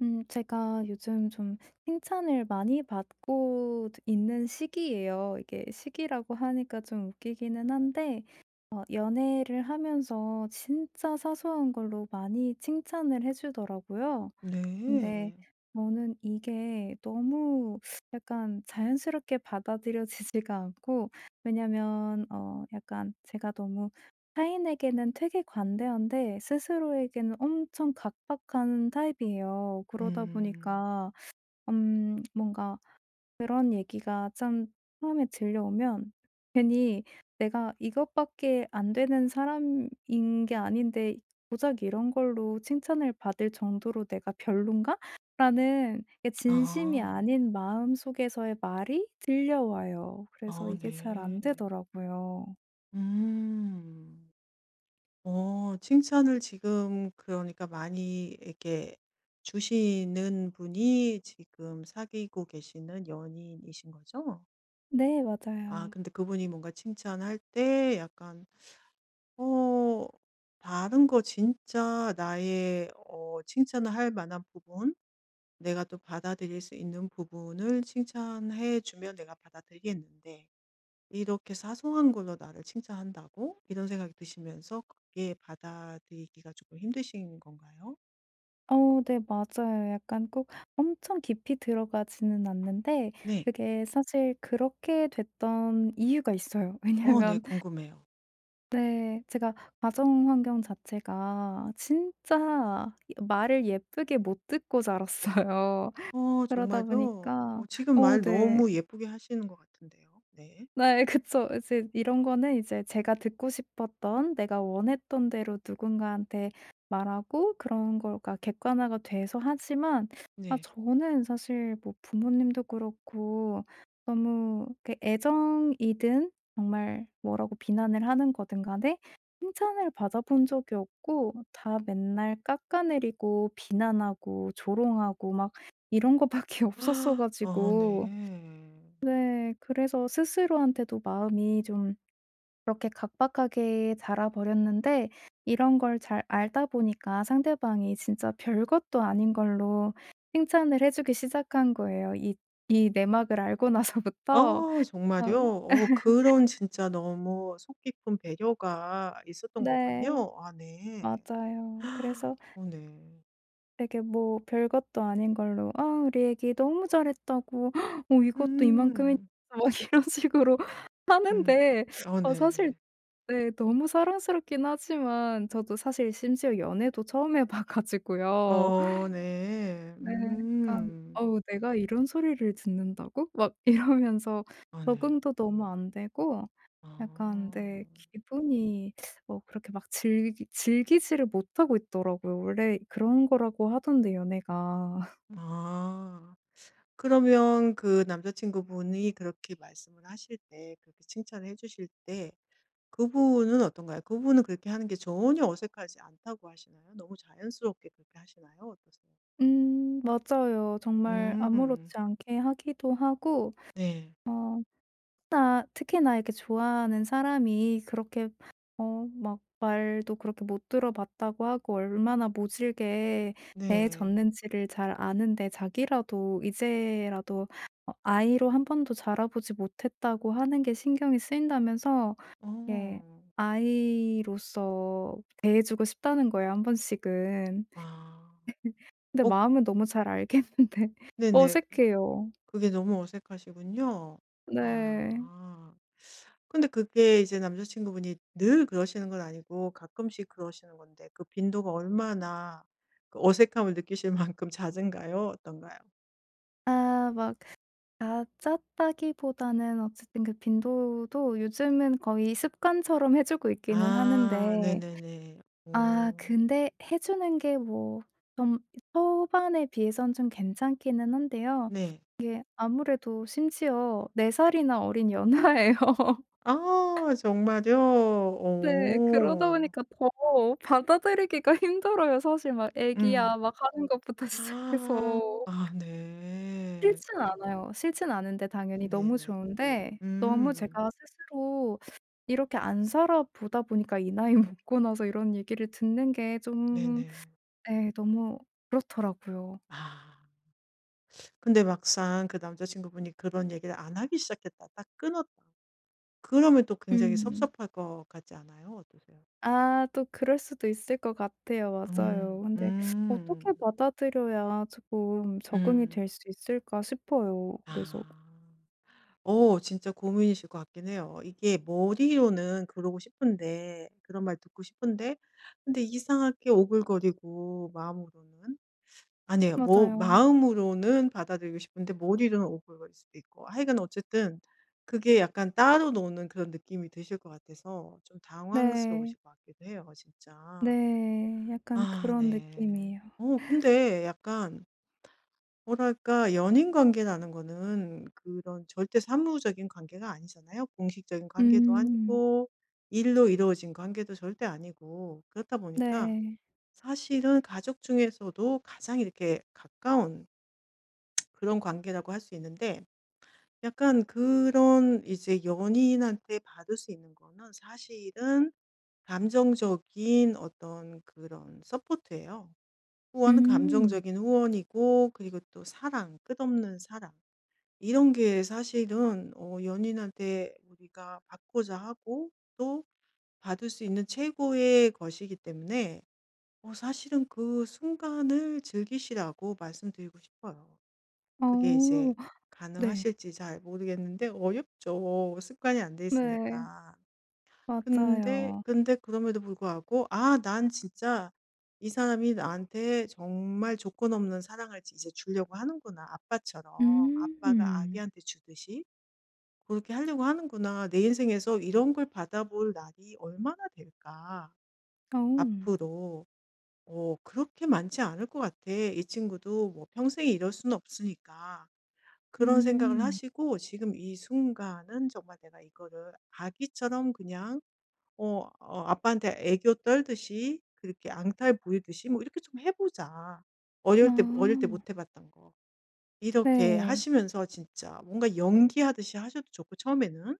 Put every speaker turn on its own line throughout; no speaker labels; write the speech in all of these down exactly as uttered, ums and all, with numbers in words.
음 제가 요즘 좀 칭찬을 많이 받고 있는 시기예요. 이게 시기라고 하니까 좀 웃기기는 한데 어 연애를 하면서 진짜 사소한 걸로 많이 칭찬을 해 주더라고요. 근데
네.
저는 이게 너무 약간 자연스럽게 받아들여지지가 않고, 왜냐면 어 약간 제가 너무 타인에게는 되게 관대한데 스스로에게는 엄청 각박한 타입이에요. 그러다
음.
보니까 음 뭔가 그런 얘기가 참 처음에 들려오면 괜히 '내가 이것밖에 안 되는 사람인 게 아닌데 고작 이런 걸로 칭찬을 받을 정도로 내가 별론가?' 라는 이게 진심이
아.
아닌 마음속에서의 말이 들려와요. 그래서
아
이게 잘
네.
안 되더라고요.
음. 어 칭찬을 지금 그러니까 많이 이렇게 주시는 분이 지금 사귀고 계시는 연인이신 거죠?
네,
아
맞아요.
근데 그분이 뭔가 칭찬할 때 약간 어 다른 거 진짜 나의 어 칭찬을 할 만한 부분 내가 또 받아들일 수 있는 부분을 칭찬해 주면 내가 받아들이겠는데 이렇게 사소한 걸로 나를 칭찬한다고? 이런 생각이 드시면서 그게 받아들이기가 조금 힘드신 건가요?
어 네, 맞아요. 약간 꼭 엄청 깊이 들어가지는 않는데,
네.
그게 사실 그렇게 됐던 이유가 있어요.
어 네
왜냐면,
궁금해요.
네. 제가 가정 환경 자체가 진짜 말을 예쁘게 못 듣고 자랐어요.
어
그러다
정말요?
보니까
어 지금
어
말
네.
너무 예쁘게 하시는 것 같은데요. 네.
네, 그쵸. 이제 이런 거는 이제 제가 듣고 싶었던, 내가 원했던 대로 누군가한테 말하고 그런 거가 객관화가 돼서, 하지만 아,
네.
저는 사실 뭐 부모님도 그렇고 너무 그 애정이든 정말 뭐라고 비난을 하는 거든 간에 칭찬을 받아본 적이 없고, 다 맨날 깎아내리고 비난하고 조롱하고 막 이런 거밖에 없었어
어
가지고.
네.
네. 그래서 스스로한테도 마음이 좀 그렇게 각박하게 자라 버렸는데, 이런 걸 잘 알다 보니까 상대방이 진짜 별것도 아닌 걸로 칭찬을 해 주기 시작한 거예요. 이 이 내막을 알고 나서부터.
어 정말요?
어
어 그런 진짜 너무 속 깊은 배려가 있었던
네.
거군요. 아 네.
맞아요. 그래서
어 네.
되게 뭐 별것도 아닌 걸로 "아 우리 애기 너무 잘했다고. 헉, 어 이것도 이만큼이"
음.
막 이런 식으로
음.
하는데
어
어 사실,
네네.
네. 너무 사랑스럽긴 하지만 저도 사실 심지어 연애도 처음 해봐 가지고요.
어 네.
네. 약간
음.
'어우 내가 이런 소리를 듣는다고?' 막 이러면서
아 네.
적응도 너무 안 되고,
아.
약간 네 기분이 어 그렇게 막 즐기 즐기지를 못하고 있더라고요. 원래 그런 거라고 하던데, 연애가.
아. 그러면 그 남자친구분이 그렇게 말씀을 하실 때 그렇게 칭찬을 해 주실 때 그분은 어떤가요? 그분은 그렇게 하는 게 전혀 어색하지 않다고 하시나요? 너무 자연스럽게 그렇게 하시나요? 어떠세요?
음 맞아요. 정말
음.
아무렇지 않게 하기도 하고
네.
어 나 특히나 이렇게 좋아하는 사람이 그렇게 어 막 말도 그렇게 못 들어봤다고 하고 얼마나 모질게
네.
대해졌는지를 잘 아는데, 자기라도 이제라도 어 아이로 한 번도 자라보지 못했다고 하는 게 신경이 쓰인다면서 예,
어.
아이로서 대해 주고 싶다는 거예요, 한 번씩은.
아.
근데
어
마음은 너무 잘 알겠는데
네네.
어색해요.
그게 너무 어색하시군요.
네.
아. 근데 그게 이제 남자친구분이 늘 그러시는 건 아니고 가끔씩 그러시는 건데 그 빈도가 얼마나 그 어색함을 느끼실 만큼 잦은가요? 어떤가요?
아막 잦았다기보다는 어쨌든 그 빈도도 요즘은 거의 습관처럼 해 주고 있기는
아
하는데,
네네네.
아,
오.
근데 해 주는 게 뭐 좀 초반에 비해선 좀 괜찮기는 한데요.
네.
아무래도 심지어 네 살 살이나 어린 연하예요.
아 정말요?
네. 그러다
오.
보니까 더 받아들이기가 힘들어요, 사실. 막
음.
애기야 막 하는 것부터 시작해서.
아 아, 네.
싫진
음.
않아요. 싫진 않은데, 당연히 너무, 네,
네네.
좋은데 너무
음.
제가 스스로 이렇게 안 살아보다 보니까 이 나이 먹고 나서 이런 얘기를 듣는 게 좀,
네네.
예, 너무 그렇더라고요.
아. 근데 막상 그 남자친구분이 그런 얘기를 안 하기 시작했다. 딱 끊었다. 그러면 또 굉장히
음.
섭섭할 것 같지 않아요? 어떠세요?
아, 또 그럴 수도 있을 것 같아요. 맞아요.
음.
근데
음.
어떻게 받아들여야 쪼끔 적응이
음.
될 수 있을까 싶어요. 그래서
아. 오 진짜 고민이실 것 같긴 해요. 이게 머리로는 그러고 싶은데 그런 말 듣고 싶은데 근데 이상하게 오글거리고 마음으로는 아니에요. 뭐
맞아요.
마음으로는 받아들이고 싶은데 머리로는 오글거릴 수도 있고 하여간 어쨌든 그게 약간 따로 노는 그런 느낌이 드실 것 같아서 좀
네.
당황스러우실 것 같기도 해요 진짜.
네. 약간
아
그런
네.
느낌이에요.
어 근데 약간 뭐랄까 연인 관계라는 거는 그런 절대 사무적인 관계가 아니잖아요. 공식적인 관계도
음.
아니고 일로 이루어진 관계도 절대 아니고 그렇다 보니까
네.
사실은 가족 중에서도 가장 이렇게 가까운 그런 관계라고 할 수 있는데 약간 그런 이제 연인한테 받을 수 있는 거는 사실은 감정적인 어떤 그런 서포트예요. 후원은
음.
감정적인 후원이고 그리고 또 사랑, 끝없는 사랑. 이런 게 사실은 어 연인한테 우리가 받고자 하고 또 받을 수 있는 최고의 것이기 때문에 어 사실은 그 순간을 즐기시라고 말씀드리고 싶어요. 그게
어.
이제
네.
가능하실지 잘 모르겠는데 어렵죠. 습관이 안 돼
네.
있으니까. 근데
맞아요.
근데 그럼에도 불구하고 '아 난 진짜 이 사람이 나한테 정말 조건 없는 사랑을 이제 주려고 하는구나. 아빠처럼 아빠가
음.
아기한테 주듯이 그렇게 하려고 하는구나. 내 인생에서 이런 걸 받아볼 날이 얼마나 될까
어.
앞으로. 어 그렇게 많지 않을 것 같아. 이 친구도 뭐 평생 이럴 수는 없으니까.' 그런 생각을
음.
하시고 지금 이 순간은 정말 내가 이거를 아기처럼 그냥 어, 어 아빠한테 애교 떨듯이 그렇게 앙탈 보이듯이 뭐 이렇게 좀 해보자. 어릴 때 어릴 때 못
아.
해봤던 거 이렇게
네.
하시면서 진짜 뭔가 연기하듯이 하셔도 좋고 처음에는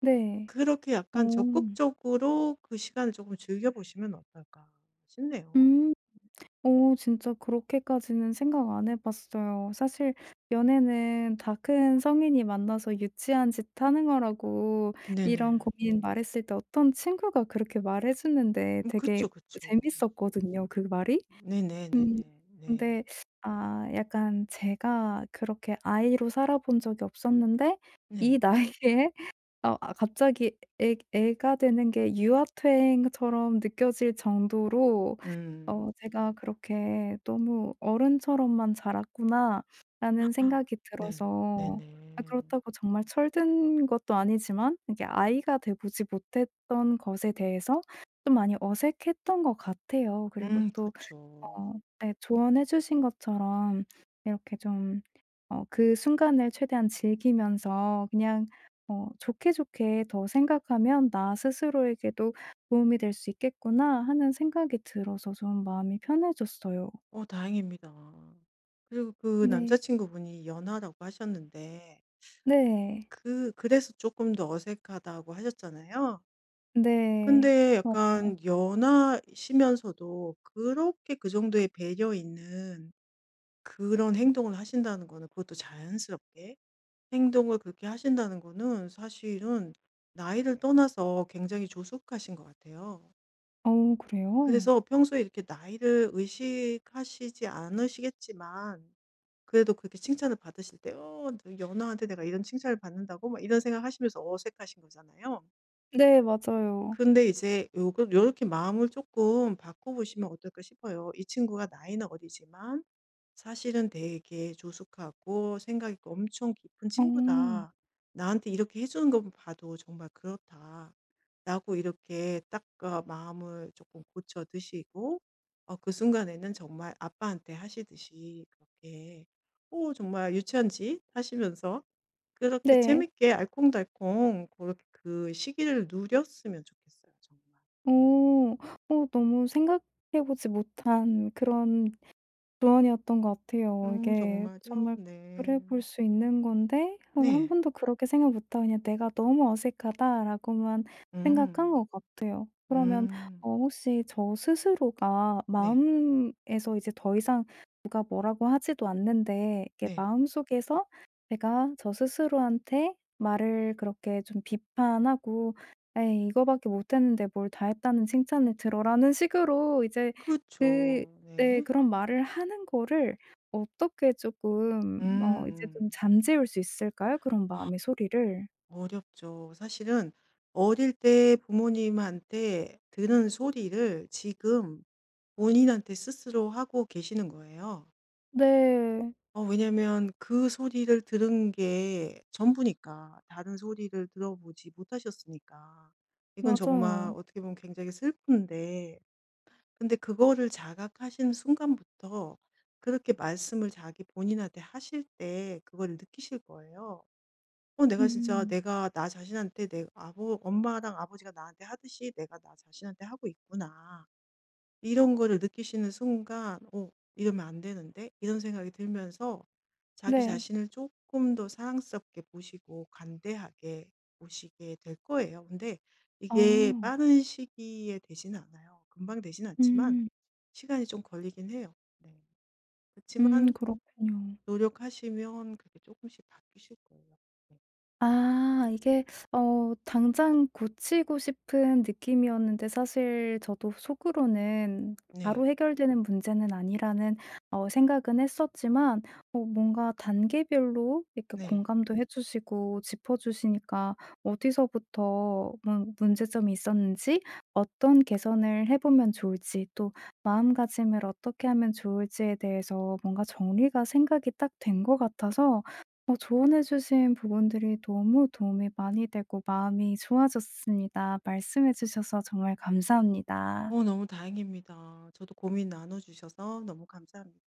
네.
그렇게
어.
약간 적극적으로 그 시간을 조금 즐겨보시면 어떨까 싶네요.
음. 어 진짜 그렇게까지는 생각 안 해 봤어요. 사실 연애는 다 큰 성인이 만나서 유치한 짓 하는 거라고, 이런
네네.
고민 말했을 때 어떤 친구가 그렇게 말해 주는데
음,
되게
그쵸, 그쵸.
재밌었거든요, 그 말이. 음.
네네네네. 네.
근데 아, 약간 제가 그렇게 아이로 살아본 적이 없었는데 이
네.
나이에 어 아 갑자기 애 애가 되는 게 유아퇴행처럼 느껴질 정도로 어
음.
'제가 그렇게 너무 어른처럼만 자랐구나.'라는 생각이
네.
들어서, 아
네네.
그렇다고 정말 철든 것도 아니지만, 이게 아이가 되보지 못했던 것에 대해서 좀 많이 어색했던 것 같아요. 그리고
음
또
그렇죠.
어 네, 조언해 주신 것처럼 이렇게 좀 어 그 순간을 최대한 즐기면서 그냥 어 '좋게 좋게 더 생각하면 나 스스로에게도 도움이 될 수 있겠구나.' 하는 생각이 들어서 좀 마음이 편해졌어요.
어 다행입니다. 그리고 그 남자
네.
친구분이 연하라고 하셨는데
네.
그 그래서 조금 더 어색하다고 하셨잖아요.
네.
근데 약간 연하시면서도 그렇게 그 정도의 배려 있는 그런 행동을 하신다는 거는 그것도 자연스럽게 행동을 그렇게 하신다는 거는 사실은 나이를 떠나서 굉장히 조숙하신 것 같아요.
어 어, 그래요?
그래서 평소에 이렇게 나이를 의식하시지 않으시겠지만 그래도 그렇게 칭찬을 받으실 때 "어 너 연하한테 내가 이런 칭찬을 받는다고?" 막 이런 생각하시면서 어색하신 거잖아요.
네, 맞아요.
근데 이제 요거 요렇게 마음을 조금 바꿔 보시면 어떨까 싶어요. 이 친구가 나이는 어리지만 사실은 되게 조숙하고 생각이 엄청 깊은
어.
친구다. 나한테 이렇게 해주는 것만 봐도 정말 그렇다. 라고 이렇게 딱 어, 마음을 조금 고쳐 드시고, 어, 그 순간에는 정말 아빠한테 하시듯이 그렇게, 오, 정말 유치한 짓 하시면서 그렇게
네.
재밌게 알콩달콩 그렇게 그 시기를 누렸으면 좋겠어요, 정말.
어.
네.
어 너무 생각해 보지 못한 그런 조언이었던 것 같아요.
음,
이게
정말요?
정말 그래
네.
볼 수 있는 건데 어 1
네.
번도 그렇게 생각 못 하고 그냥 '내가 너무 어색하다.'라고만 생각한
음,
것 같아요. 그러면 어
음.
혹시 저 스스로가
네.
마음에서 이제 더 이상 누가 뭐라고 하지도 않는데, 이게
네.
마음속에서 제가 저 스스로한테 말을 그렇게 좀 비판하고 '에이 이거밖에 못 했는데 뭘 다 했다는 칭찬을 들어.'라는 식으로 이제 그
그쵸.
네.
네.
그런 말을 하는 거를 어떻게 쪼끔 어 이제 좀
음.
잠재울 수 있을까요? 그런
아
마음의 소리를.
어렵죠. 사실은 어릴 때 부모님한테 들은 소리를 지금 본인한테 스스로 하고 계시는 거예요.
네.
어 왜냐면 그 소리를 들은 게 전부니까. 다른 소리를 들어보지 못하셨으니까. 이건 정말
맞아요.
어떻게 보면 굉장히 슬픈데 근데 그거를 자각하신 순간부터 그렇게 말씀을 자기 본인한테 하실 때 그걸 느끼실 거예요. '어 내가 진짜
음.
내가 나 자신한테 내 아버 엄마랑 아버지가 나한테 하듯이 내가 나 자신한테 하고 있구나.' 이런 거를 느끼시는 순간 '어 이러면 안 되는데?' 이런 생각이 들면서 자기
네.
자신을 조금 더 사랑스럽게 보시고 관대하게 보시게 될 거예요. 근데 이게
아.
빠른 시기에 되지는 않아요. 금방 되진 않지만
음.
시간이 좀 걸리긴 해요. 네. 그지
음.
만
그렇군요.
노력하시면 그게 조금씩 바뀌실 거예요. 네.
아, 이게 어 당장 고치고 싶은 느낌이었는데, 사실 저도 속으로는 바로
네.
해결되는 문제는 아니라는 어 생각은 했었지만, 어 뭔가 단계별로 이렇게
네.
공감도 해 주시고 짚어 주시니까 어디서부터 문 문제점이 있었는지, 어떤 개선을 해 보면 좋을지, 또 마음가짐을 어떻게 하면 좋을지에 대해서 뭔가 정리가, 생각이 딱 된 것 같아서 어 조언해 주신 부분들이 너무 도움이 많이 되고 마음이 좋아졌습니다. 말씀해 주셔서 정말 감사합니다.
어 너무 다행입니다. 저도 고민 나눠 주셔서 너무 감사합 니다